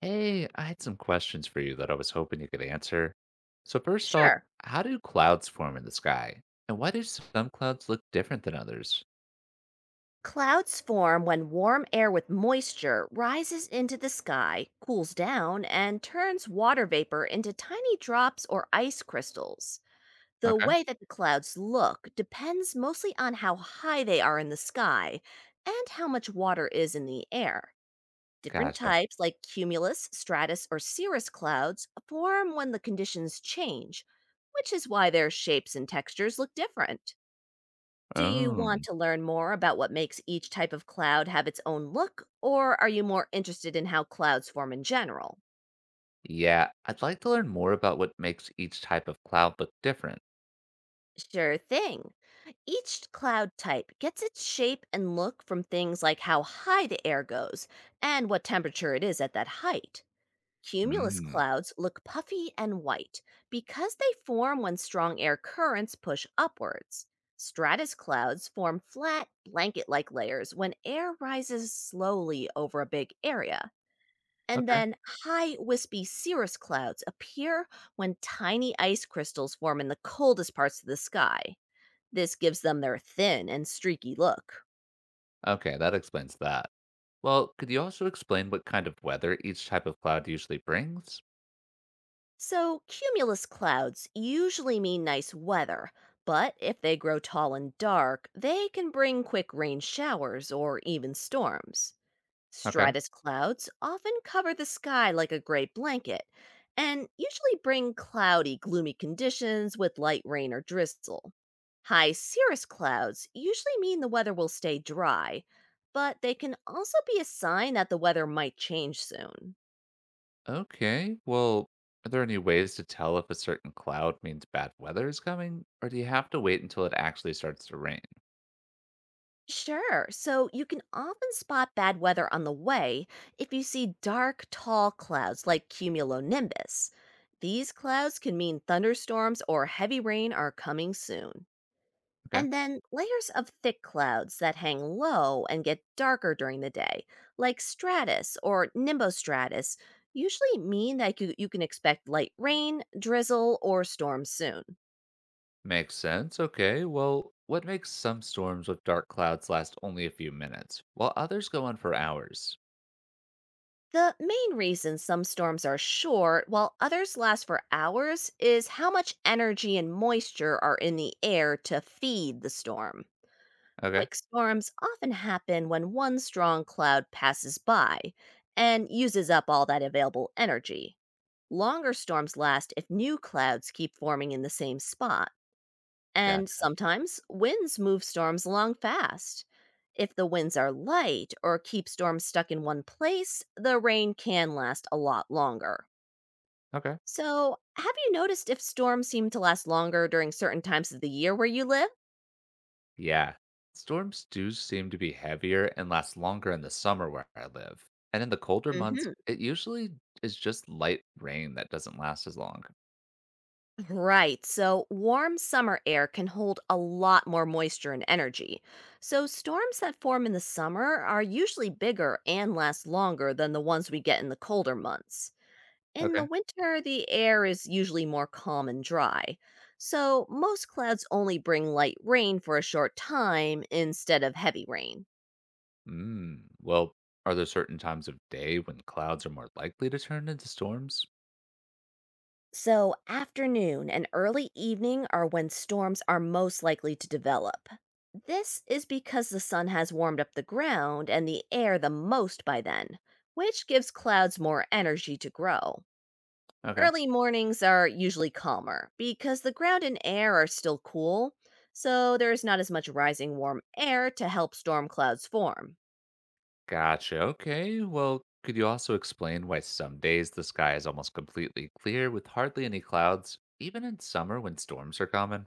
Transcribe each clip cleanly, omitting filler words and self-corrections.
Hey, I had some questions for you that I was hoping you could answer. So, first off, Sure. how do clouds form in the sky? And why do some clouds look different than others? Clouds form when warm air with moisture rises into the sky, cools down, and turns water vapor into tiny drops or ice crystals. The Okay. way that the clouds look depends mostly on how high they are in the sky and how much water is in the air. Different Gotcha. types, like cumulus, stratus, or cirrus clouds, form when the conditions change, which is why their shapes and textures look different. Do you Oh. want to learn more about what makes each type of cloud have its own look, or are you more interested in how clouds form in general? Yeah, I'd like to learn more about what makes each type of cloud look different. Sure thing. Each cloud type gets its shape and look from things like how high the air goes and what temperature it is at that height. Cumulus Mm. clouds look puffy and white because they form when strong air currents push upwards. Stratus clouds form flat, blanket like layers when air rises slowly over a big area. And Okay. then high, wispy cirrus clouds appear when tiny ice crystals form in the coldest parts of the sky. This gives them their thin and streaky look. Okay, that explains that. Well, could you also explain what kind of weather each type of cloud usually brings? So, cumulus clouds usually mean nice weather, but if they grow tall and dark, they can bring quick rain showers or even storms. Okay. Stratus clouds often cover the sky like a gray blanket and usually bring cloudy, gloomy conditions with light rain or drizzle. High cirrus clouds usually mean the weather will stay dry, but they can also be a sign that the weather might change soon. Okay. Well, are there any ways to tell if a certain cloud means bad weather is coming, or do you have to wait until it actually starts to rain? Sure, so you can often spot bad weather on the way if you see dark, tall clouds like cumulonimbus. These clouds can mean thunderstorms or heavy rain are coming soon. Okay. And then layers of thick clouds that hang low and get darker during the day, like stratus or nimbostratus, usually mean that you can expect light rain, drizzle, or storms soon. Makes sense. Okay. Well, what makes some storms with dark clouds last only a few minutes, while others go on for hours? The main reason some storms are short while others last for hours is how much energy and moisture are in the air to feed the storm. Okay. Quick storms often happen when one strong cloud passes by and uses up all that available energy. Longer storms last if new clouds keep forming in the same spot, and Gotcha. sometimes winds move storms along fast. If the winds are light or keep storms stuck in one place, the rain can last a lot longer. Okay. So, have you noticed if storms seem to last longer during certain times of the year where you live? Yeah. Storms do seem to be heavier and last longer in the summer where I live. And in the colder months, Mhm. it usually is just light rain that doesn't last as long. Right. So warm summer air can hold a lot more moisture and energy. So storms that form in the summer are usually bigger and last longer than the ones we get in the colder months. In the Okay. winter, the air is usually more calm and dry. So most clouds only bring light rain for a short time instead of heavy rain. Mm. Well, are there certain times of day when clouds are more likely to turn into storms? So, afternoon and early evening are when storms are most likely to develop. This is because the sun has warmed up the ground and the air the most by then, which gives clouds more energy to grow. Okay. Early mornings are usually calmer because the ground and air are still cool, so there is not as much rising warm air to help storm clouds form. Gotcha. Okay. Well, could you also explain why some days the sky is almost completely clear with hardly any clouds, even in summer when storms are common?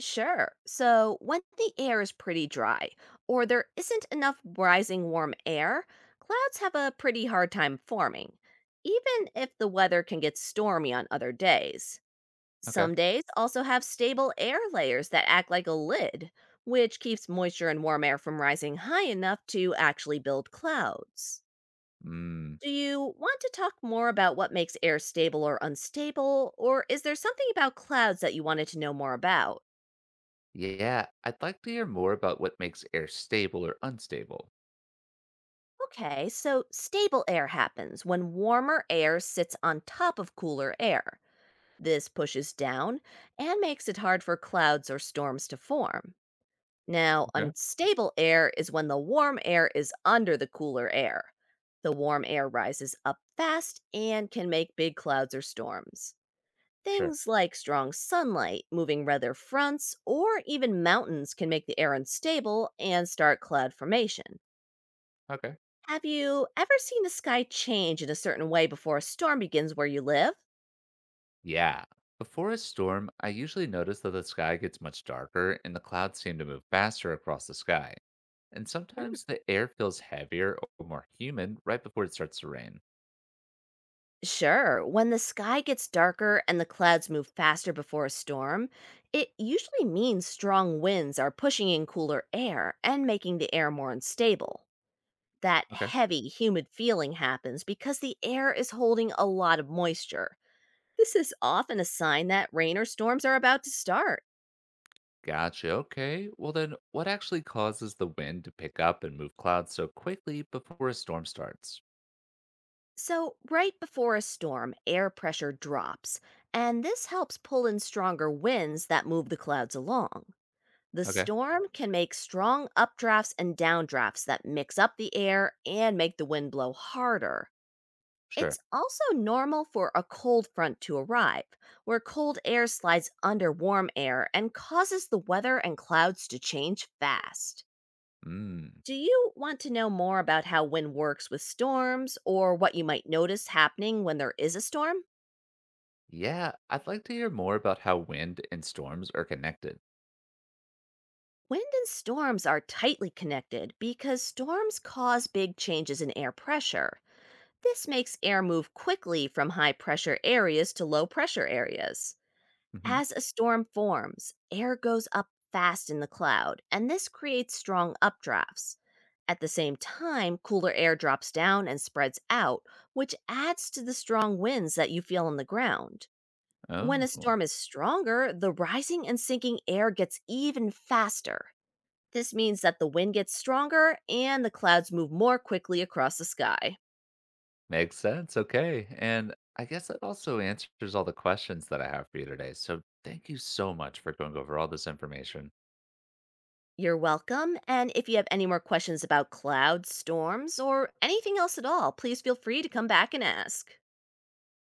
Sure. So when the air is pretty dry, or there isn't enough rising warm air, clouds have a pretty hard time forming, even if the weather can get stormy on other days. Okay. Some days also have stable air layers that act like a lid, which keeps moisture and warm air from rising high enough to actually build clouds. Mm. Do you want to talk more about what makes air stable or unstable, or is there something about clouds that you wanted to know more about? Yeah, I'd like to hear more about what makes air stable or unstable. Okay, so stable air happens when warmer air sits on top of cooler air. This pushes down and makes it hard for clouds or storms to form. Now, Okay. unstable air is when the warm air is under the cooler air. The warm air rises up fast and can make big clouds or storms. Sure. Things like strong sunlight, moving weather fronts, or even mountains can make the air unstable and start cloud formation. Okay. Have you ever seen the sky change in a certain way before a storm begins where you live? Yeah. Before a storm, I usually notice that the sky gets much darker and the clouds seem to move faster across the sky. And Mm, sometimes the air feels heavier or more humid right before it starts to rain. sure. When the sky gets darker and the clouds move faster before a storm, it usually means strong winds are pushing in cooler air and making the air more unstable. That Okay. heavy, humid feeling happens because the air is holding a lot of moisture. This is often a sign that rain or storms are about to start. Gotcha. Okay. Well, then, what actually causes the wind to pick up and move clouds so quickly before a storm starts? So, right before a storm, air pressure drops, and this helps pull in stronger winds that move the clouds along. The Okay. storm can make strong updrafts and downdrafts that mix up the air and make the wind blow harder. Sure. It's also normal for a cold front to arrive, where cold air slides under warm air and causes the weather and clouds to change fast. Mm. Do you want to know more about how wind works with storms or what you might notice happening when there is a storm? Yeah, I'd like to hear more about how wind and storms are connected. Wind and storms are tightly connected because storms cause big changes in air pressure. This makes air move quickly from high pressure areas to low pressure areas. Hmm. As a storm forms, air goes up fast in the cloud, and this creates strong updrafts. At the same time, cooler air drops down and spreads out, which adds to the strong winds that you feel on the ground. When Oh, a storm is stronger, the rising and sinking air gets even faster. This means that the wind gets stronger and the clouds move more quickly across the sky. makes sense. Okay. And I guess that also answers all the questions that I have for you today. So thank you so much for going over all this information. You're welcome. And if you have any more questions about clouds, storms, or anything else at all, please feel free to come back and ask.